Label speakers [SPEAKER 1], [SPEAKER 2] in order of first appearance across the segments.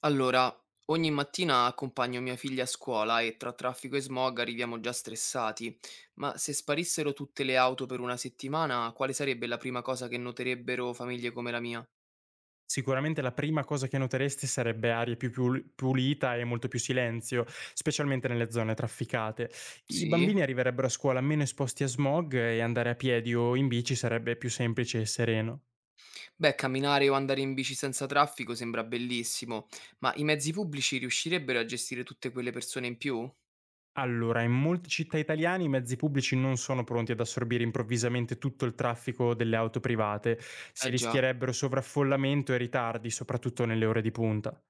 [SPEAKER 1] Allora, ogni mattina accompagno mia figlia a scuola e tra traffico e smog arriviamo già stressati, ma se sparissero tutte le auto per una settimana, quale sarebbe la prima cosa che noterebbero famiglie come la mia?
[SPEAKER 2] Sicuramente la prima cosa che noteresti sarebbe aria più piul pulita e molto più silenzio, specialmente nelle zone trafficate. I
[SPEAKER 1] Sì?
[SPEAKER 2] bambini arriverebbero a scuola meno esposti a smog e andare a piedi o in bici sarebbe più semplice e sereno.
[SPEAKER 1] Beh, camminare o andare in bici senza traffico sembra bellissimo, ma i mezzi pubblici riuscirebbero a gestire tutte quelle persone in più?
[SPEAKER 2] Allora, in molte città italiane i mezzi pubblici non sono pronti ad assorbire improvvisamente tutto il traffico delle auto private, si
[SPEAKER 1] Eh già.
[SPEAKER 2] rischierebbero sovraffollamento e ritardi, soprattutto nelle ore di punta.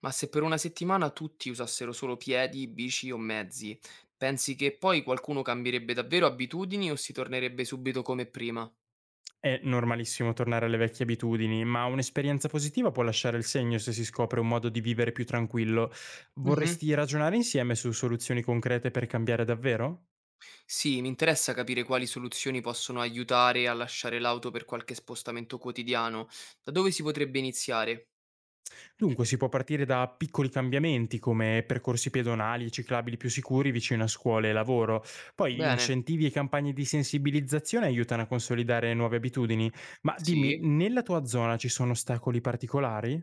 [SPEAKER 1] Ma se per una settimana tutti usassero solo piedi, bici o mezzi, pensi che poi qualcuno cambierebbe davvero abitudini o si tornerebbe subito come prima?
[SPEAKER 2] È normalissimo tornare alle vecchie abitudini, ma un'esperienza positiva può lasciare il segno se si scopre un modo di vivere più tranquillo.
[SPEAKER 1] Mh-mh.
[SPEAKER 2] Vorresti ragionare insieme su soluzioni concrete per cambiare davvero?
[SPEAKER 1] Sì, mi interessa capire quali soluzioni possono aiutare a lasciare l'auto per qualche spostamento quotidiano. Da dove si potrebbe iniziare?
[SPEAKER 2] Dunque, si può partire da piccoli cambiamenti come percorsi pedonali e ciclabili più sicuri vicino a scuole e lavoro. Poi
[SPEAKER 1] Bene,
[SPEAKER 2] incentivi e campagne di sensibilizzazione aiutano a consolidare nuove abitudini. Ma dimmi,
[SPEAKER 1] sì.
[SPEAKER 2] nella tua zona ci sono ostacoli particolari?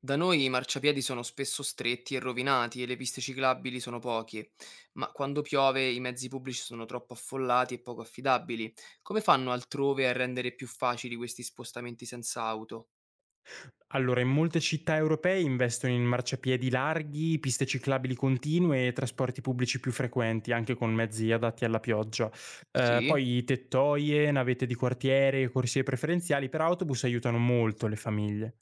[SPEAKER 1] Da noi i marciapiedi sono spesso stretti e rovinati e le piste ciclabili sono poche, ma quando piove i mezzi pubblici sono troppo affollati e poco affidabili. Come fanno altrove a rendere più facili questi spostamenti senza auto?
[SPEAKER 2] Allora, in molte città europee investono in marciapiedi larghi, piste ciclabili continue e trasporti pubblici più frequenti, anche con mezzi adatti alla pioggia.
[SPEAKER 1] Sì.
[SPEAKER 2] Poi tettoie, navette di quartiere, corsie preferenziali per autobus aiutano molto le famiglie.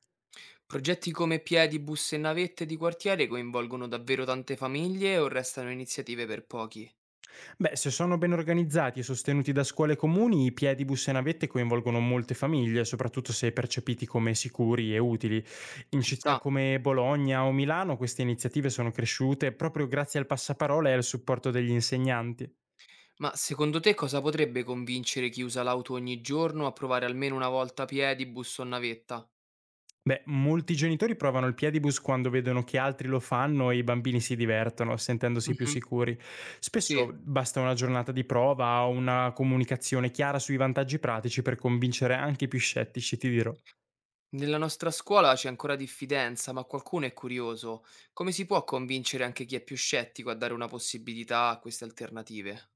[SPEAKER 1] Progetti come piedi, busse e navette di quartiere coinvolgono davvero tante famiglie o restano iniziative per pochi?
[SPEAKER 2] Beh, se sono ben organizzati e sostenuti da scuole e comuni, i piedibus e navette coinvolgono molte famiglie, soprattutto se percepiti come sicuri e utili. In
[SPEAKER 1] Ci
[SPEAKER 2] città
[SPEAKER 1] sta.
[SPEAKER 2] come Bologna o Milano queste iniziative sono cresciute proprio grazie al passaparola e al supporto degli insegnanti.
[SPEAKER 1] Ma secondo te cosa potrebbe convincere chi usa l'auto ogni giorno a provare almeno una volta piedi, busso o navetta?
[SPEAKER 2] Beh, molti genitori provano il piedibus quando vedono che altri lo fanno e i bambini si divertono, sentendosi più
[SPEAKER 1] Mhm,
[SPEAKER 2] sicuri. Spesso
[SPEAKER 1] sì.
[SPEAKER 2] basta una giornata di prova o una comunicazione chiara sui vantaggi pratici per convincere anche i più scettici, ti dirò.
[SPEAKER 1] Nella nostra scuola c'è ancora diffidenza, ma qualcuno è curioso. Come si può convincere anche chi è più scettico a dare una possibilità a queste alternative?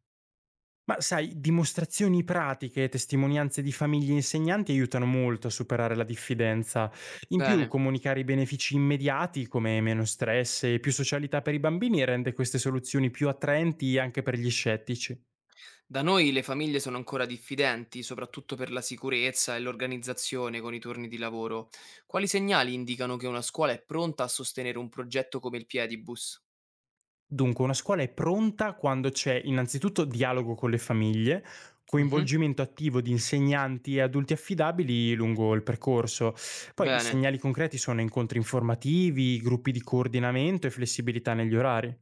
[SPEAKER 2] Ma sai, dimostrazioni pratiche e testimonianze di famiglie e insegnanti aiutano molto a superare la diffidenza. In più,
[SPEAKER 1] Bene.
[SPEAKER 2] comunicare i benefici immediati, come meno stress e più socialità per i bambini, rende queste soluzioni più attraenti anche per gli scettici.
[SPEAKER 1] Da noi le famiglie sono ancora diffidenti, soprattutto per la sicurezza e l'organizzazione con i turni di lavoro. Quali segnali indicano che una scuola è pronta a sostenere un progetto come il Piedibus?
[SPEAKER 2] Dunque, una scuola è pronta quando c'è innanzitutto dialogo con le famiglie,
[SPEAKER 1] Mhm,
[SPEAKER 2] coinvolgimento attivo di insegnanti e adulti affidabili lungo il percorso. Poi i
[SPEAKER 1] bene,
[SPEAKER 2] segnali concreti sono incontri informativi, gruppi di coordinamento e flessibilità negli orari.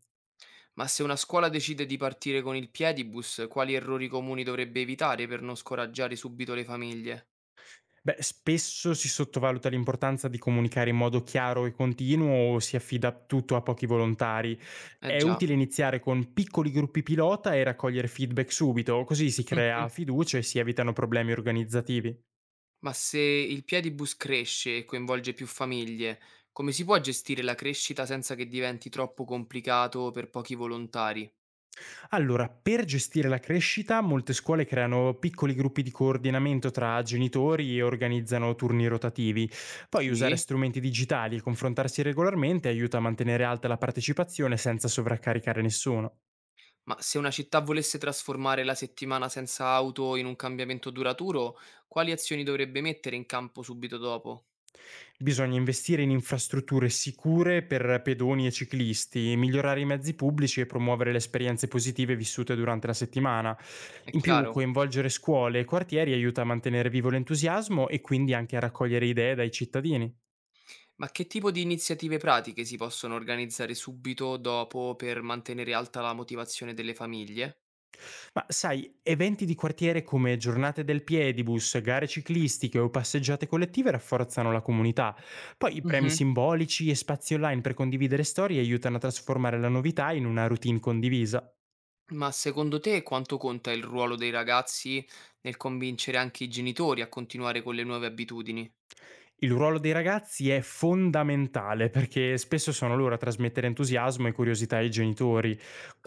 [SPEAKER 1] ma se una scuola decide di partire con il Piedibus, quali errori comuni dovrebbe evitare per non scoraggiare subito le famiglie?
[SPEAKER 2] Beh, spesso si sottovaluta l'importanza di comunicare in modo chiaro e continuo o si affida tutto a pochi volontari.
[SPEAKER 1] Eh
[SPEAKER 2] È
[SPEAKER 1] già.
[SPEAKER 2] utile iniziare con piccoli gruppi pilota e raccogliere feedback subito, così si
[SPEAKER 1] Mhm.
[SPEAKER 2] crea fiducia e si evitano problemi organizzativi.
[SPEAKER 1] Ma se il Piedibus cresce e coinvolge più famiglie, come si può gestire la crescita senza che diventi troppo complicato per pochi volontari?
[SPEAKER 2] Allora, per gestire la crescita, molte scuole creano piccoli gruppi di coordinamento tra genitori e organizzano turni rotativi. Poi usare
[SPEAKER 1] Sì.
[SPEAKER 2] strumenti digitali e confrontarsi regolarmente aiuta a mantenere alta la partecipazione senza sovraccaricare nessuno.
[SPEAKER 1] Ma se una città volesse trasformare la settimana senza auto in un cambiamento duraturo, quali azioni dovrebbe mettere in campo subito dopo?
[SPEAKER 2] Bisogna investire in infrastrutture sicure per pedoni e ciclisti, migliorare i mezzi pubblici e promuovere le esperienze positive vissute durante la settimana.
[SPEAKER 1] È
[SPEAKER 2] In più,
[SPEAKER 1] chiaro?
[SPEAKER 2] coinvolgere scuole e quartieri aiuta a mantenere vivo l'entusiasmo e quindi anche a raccogliere idee dai cittadini.
[SPEAKER 1] Ma che tipo di iniziative pratiche si possono organizzare subito dopo per mantenere alta la motivazione delle famiglie?
[SPEAKER 2] Ma sai, eventi di quartiere come giornate del piedibus, gare ciclistiche o passeggiate collettive rafforzano la comunità. Poi i premi
[SPEAKER 1] Mhm.
[SPEAKER 2] simbolici e spazi online per condividere storie aiutano a trasformare la novità in una routine condivisa.
[SPEAKER 1] Ma secondo te quanto conta il ruolo dei ragazzi nel convincere anche i genitori a continuare con le nuove abitudini?
[SPEAKER 2] Il ruolo dei ragazzi è fondamentale perché spesso sono loro a trasmettere entusiasmo e curiosità ai genitori.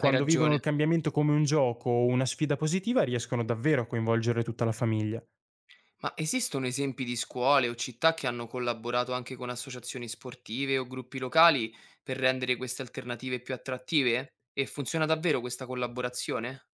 [SPEAKER 1] Hai
[SPEAKER 2] vivono
[SPEAKER 1] ragione.
[SPEAKER 2] il cambiamento come un gioco o una sfida positiva riescono davvero a coinvolgere tutta la famiglia.
[SPEAKER 1] Ma esistono esempi di scuole o città che hanno collaborato anche con associazioni sportive o gruppi locali per rendere queste alternative più attrattive? E funziona davvero questa collaborazione?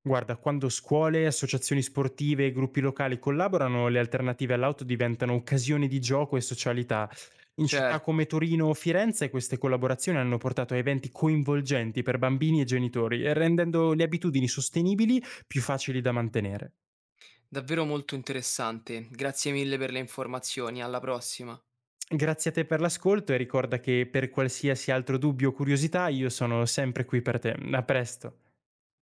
[SPEAKER 2] Guarda, quando scuole, associazioni sportive e gruppi locali collaborano, le alternative all'auto diventano occasioni di gioco e socialità. In città
[SPEAKER 1] Certo,
[SPEAKER 2] come Torino o Firenze queste collaborazioni hanno portato a eventi coinvolgenti per bambini e genitori, rendendo le abitudini sostenibili più facili da mantenere.
[SPEAKER 1] davvero molto interessante. Grazie mille per le informazioni, alla prossima.
[SPEAKER 2] Grazie a te per l'ascolto e ricorda che per qualsiasi altro dubbio o curiosità io sono sempre qui per te. A presto.